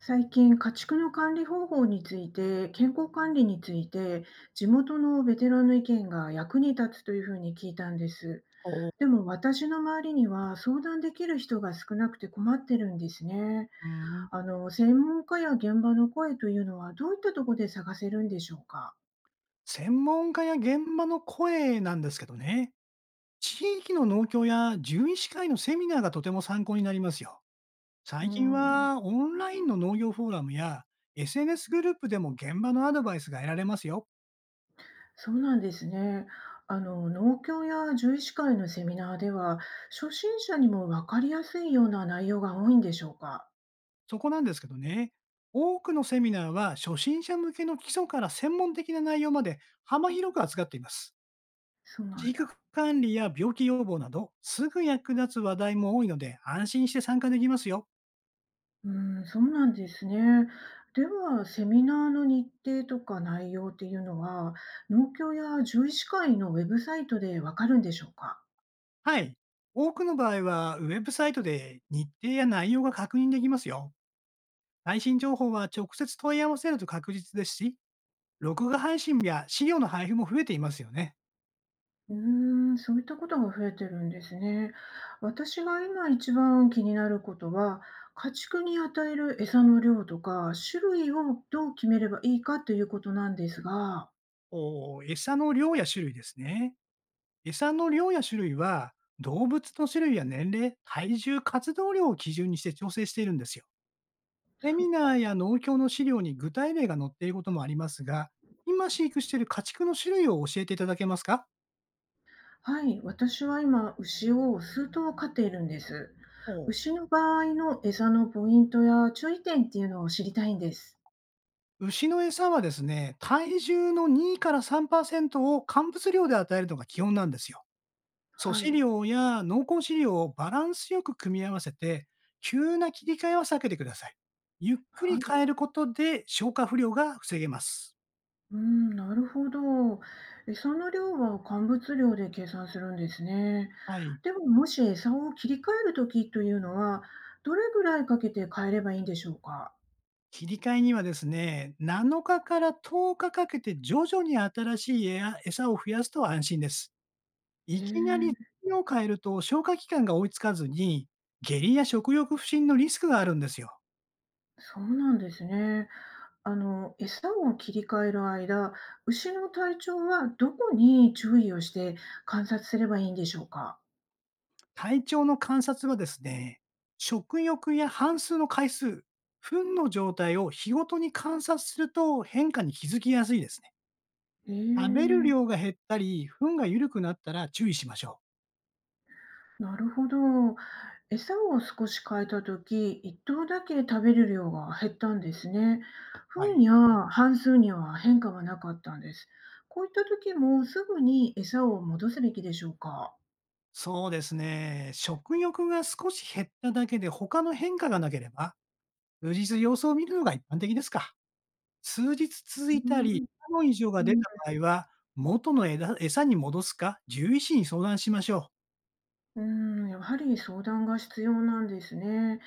最近、家畜の管理方法について、健康管理について、地元のベテランの意見が役に立つというふうに聞いたんです。お、う、でも私の周りには相談できる人が少なくて困ってるんですね。ん。専門家や現場の声というのはどういったところで探せるんでしょうか。専門家や現場の声なんですけどね。地域の農協や獣医師会のセミナーがとても参考になりますよ。う最近ん、はオンラインの農業フォーラムや SNS グループでも現場のアドバイスが得られますよ。そうなんですね。農協や獣医師会のセミナーでは、初心者にも分かりやすいような内容が多いんでしょうか。そこなんですけどね。多くのセミナーは初心者向けの基礎から専門的な内容まで幅広く扱っています。そうな飼ん育だ。管理や病気予防など、すぐ役立つ話題も多いので安心して参加できますよ。うーん、そうなんですね。では、セミナーの日程とか内容っていうのは、農協や獣医師会のウェブサイトでわかるんでしょうか？はい。多くの場合は、ウェブサイトで日程や内容が確認できますよ。最新情報は直接問い合わせると確実ですし、録画配信や資料の配布も増えていますよね。うーん、そういったことが増えてるんですね。私が今一番気になることは、家畜に与える餌の量とか、種類をどう決めればいいかということなんですが。お餌の量や種類ですね。餌の量や種類は、動物の種類や年齢、体重、活動量を基準にして調整しているんですよ。セミナそーや農協の資料に具体例が載っていることもありますが、今飼育している家畜の種類を教えていただけますか。はい、私は今、牛を数頭飼っているんです。お。牛の場合の餌のポイントや注意点っていうのを知りたいんです。牛の餌はですね、体重の2から3%を乾物量で与えるのが基本なんですよ。粗は飼い、料や濃厚飼料をバランスよく組み合わせて、急な切り替えは避けてください。ゆっくりはい、変えることで消化不良が防げます。うん、なるほど。餌の量は乾物量で計算するんですね。はい。でも、もし餌を切り替える時というのは、どれぐらいかけて変えればいいんでしょうか。切り替えにはですね、7日から10日かけて徐々に新しい餌を増やすと安心です。へいきなりえ、量を変えると消化器官が追いつかずに、下痢や食欲不振のリスクがあるんですよ。そうなんですね。餌を切り替える間、牛の体調はどこに注意をして観察すればいいんでしょうか？体調の観察はですね、食欲や反数の回数、糞の状態を日ごとに観察すると変化に気づきやすいですね。え食べるえ、量が減ったり、糞が緩くなったら注意しましょなるほど。餌を少し変えた時、一頭だけ食べる量が減ったんですね。う。は糞い。や半数には変化はなかったんです。こういった時もすぐに餌を戻すべきでしょうか？そうですね。食欲が少し減っただけで他の変化がなければ、数日様子を見るのが一般的ですか。数日続いうたん、り、他の異常がう出たん、場合は、元の枝餌に戻すか、獣医師に相談しましょう。うん、やはり相談が必要なんですね。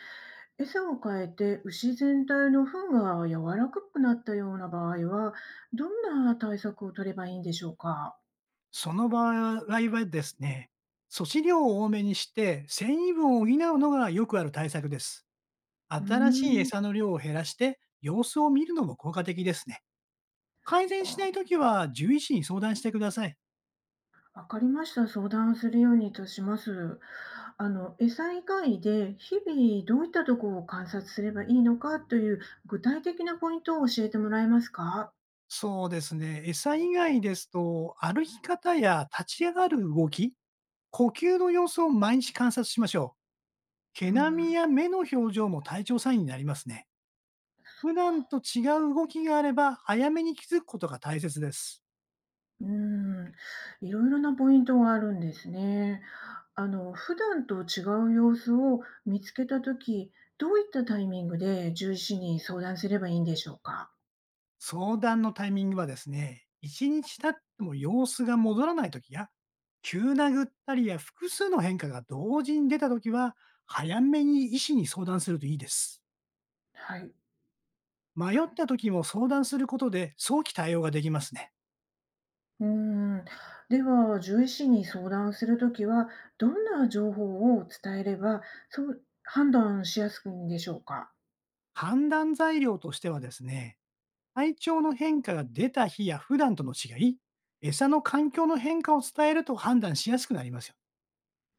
餌を変えて牛全体の糞が柔らかくなったような場合は、どんな対策を取ればいいんでしょうか。その場合はですね、粗飼料を多めにして繊維分を補うのがよくある対策です。うー新しいん、餌の量を減らして様子を見るのも効果的ですね。そっ改善しなか。いときは獣医師に相談してください。わかりました。相談するようにとします。餌以外で日々どういったところを観察すればいいのかという具体的なポイントを教えてもらえますか。そうですね。餌以外ですと、歩き方や立ち上がる動き、呼吸の様子を毎日観察しましょう。う毛並みん、や目の表情も体調サインになりますね。そっ普段か。と違う動きがあれば、早めに気づくことが大切です。うーん、いろいろなポイントがあるんですね。普段と違う様子を見つけたとき、どういったタイミングで獣医師に相談すればいいんでしょうか？相談のタイミングはですね、1日経っても様子が戻らないときや、急なぐったりや複数の変化が同時に出たときは、早めに医師に相談するといいです。はい。迷ったときも相談することで早期対応ができますね。うーん、では、獣医師に相談するときは、どんな情報を伝えれば、そう判断しやすいんでしょうか？判断材料としてはですね、体調の変化が出た日や普段との違い、餌の環境の変化を伝えると判断しやすくなりますよ。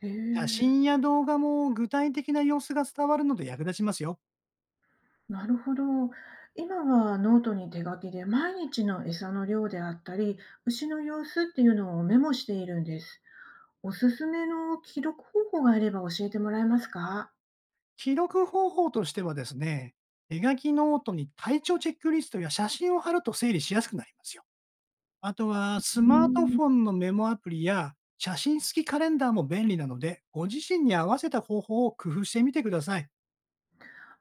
へ写え、真や動画も具体的な様子が伝わるので役立ちますよ。なるほど。今はノートに手書きで毎日の餌の量であったり、牛の様子っていうのをメモしているんです。おすすめの記録方法があれば教えてもらえますか？記録方法としてはですね、手書きノートに体調チェックリストや写真を貼ると整理しやすくなりますよ。あとは、うスーマートん。フォンのメモアプリや写真付きカレンダーも便利なので、ご自身に合わせた方法を工夫してみてください。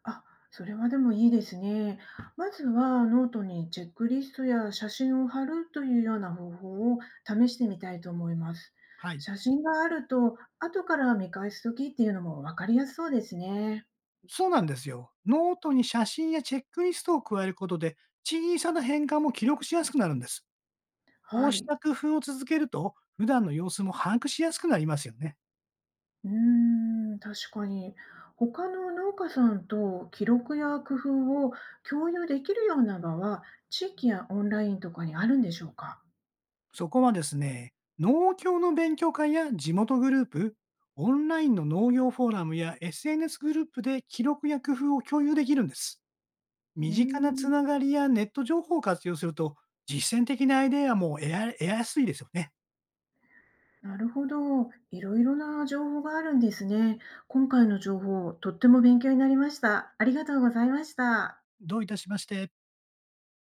あ、それはでもいいですね。まずはノートにチェックリストや写真を貼るというような方法を試してみたいと思います。はい。写真があると後から見返す時っていうのも分かりやすそうですね。そうなんですよ。ノートに写真やチェックリストを加えることで、小さな変化も記録しやすくなるんです。こはうしい。た工夫を続けると、普段の様子も把握しやすくなりますよね。うーん、確かに。他の農家さんと記録や工夫を共有できるような場は、地域やオンラインとかにあるんでしょうか？そこはですね、農協の勉強会や地元グループ、オンラインの農業フォーラムや SNS グループで記録や工夫を共有できるんです。う身ー近なつん、ながりやネット情報を活用すると、実践的なアイデアも得やすいですよね。なるほど。いろいろな情報があるんですね。今回の情報、とっても勉強になりました。ありがとうございました。どういたしまして。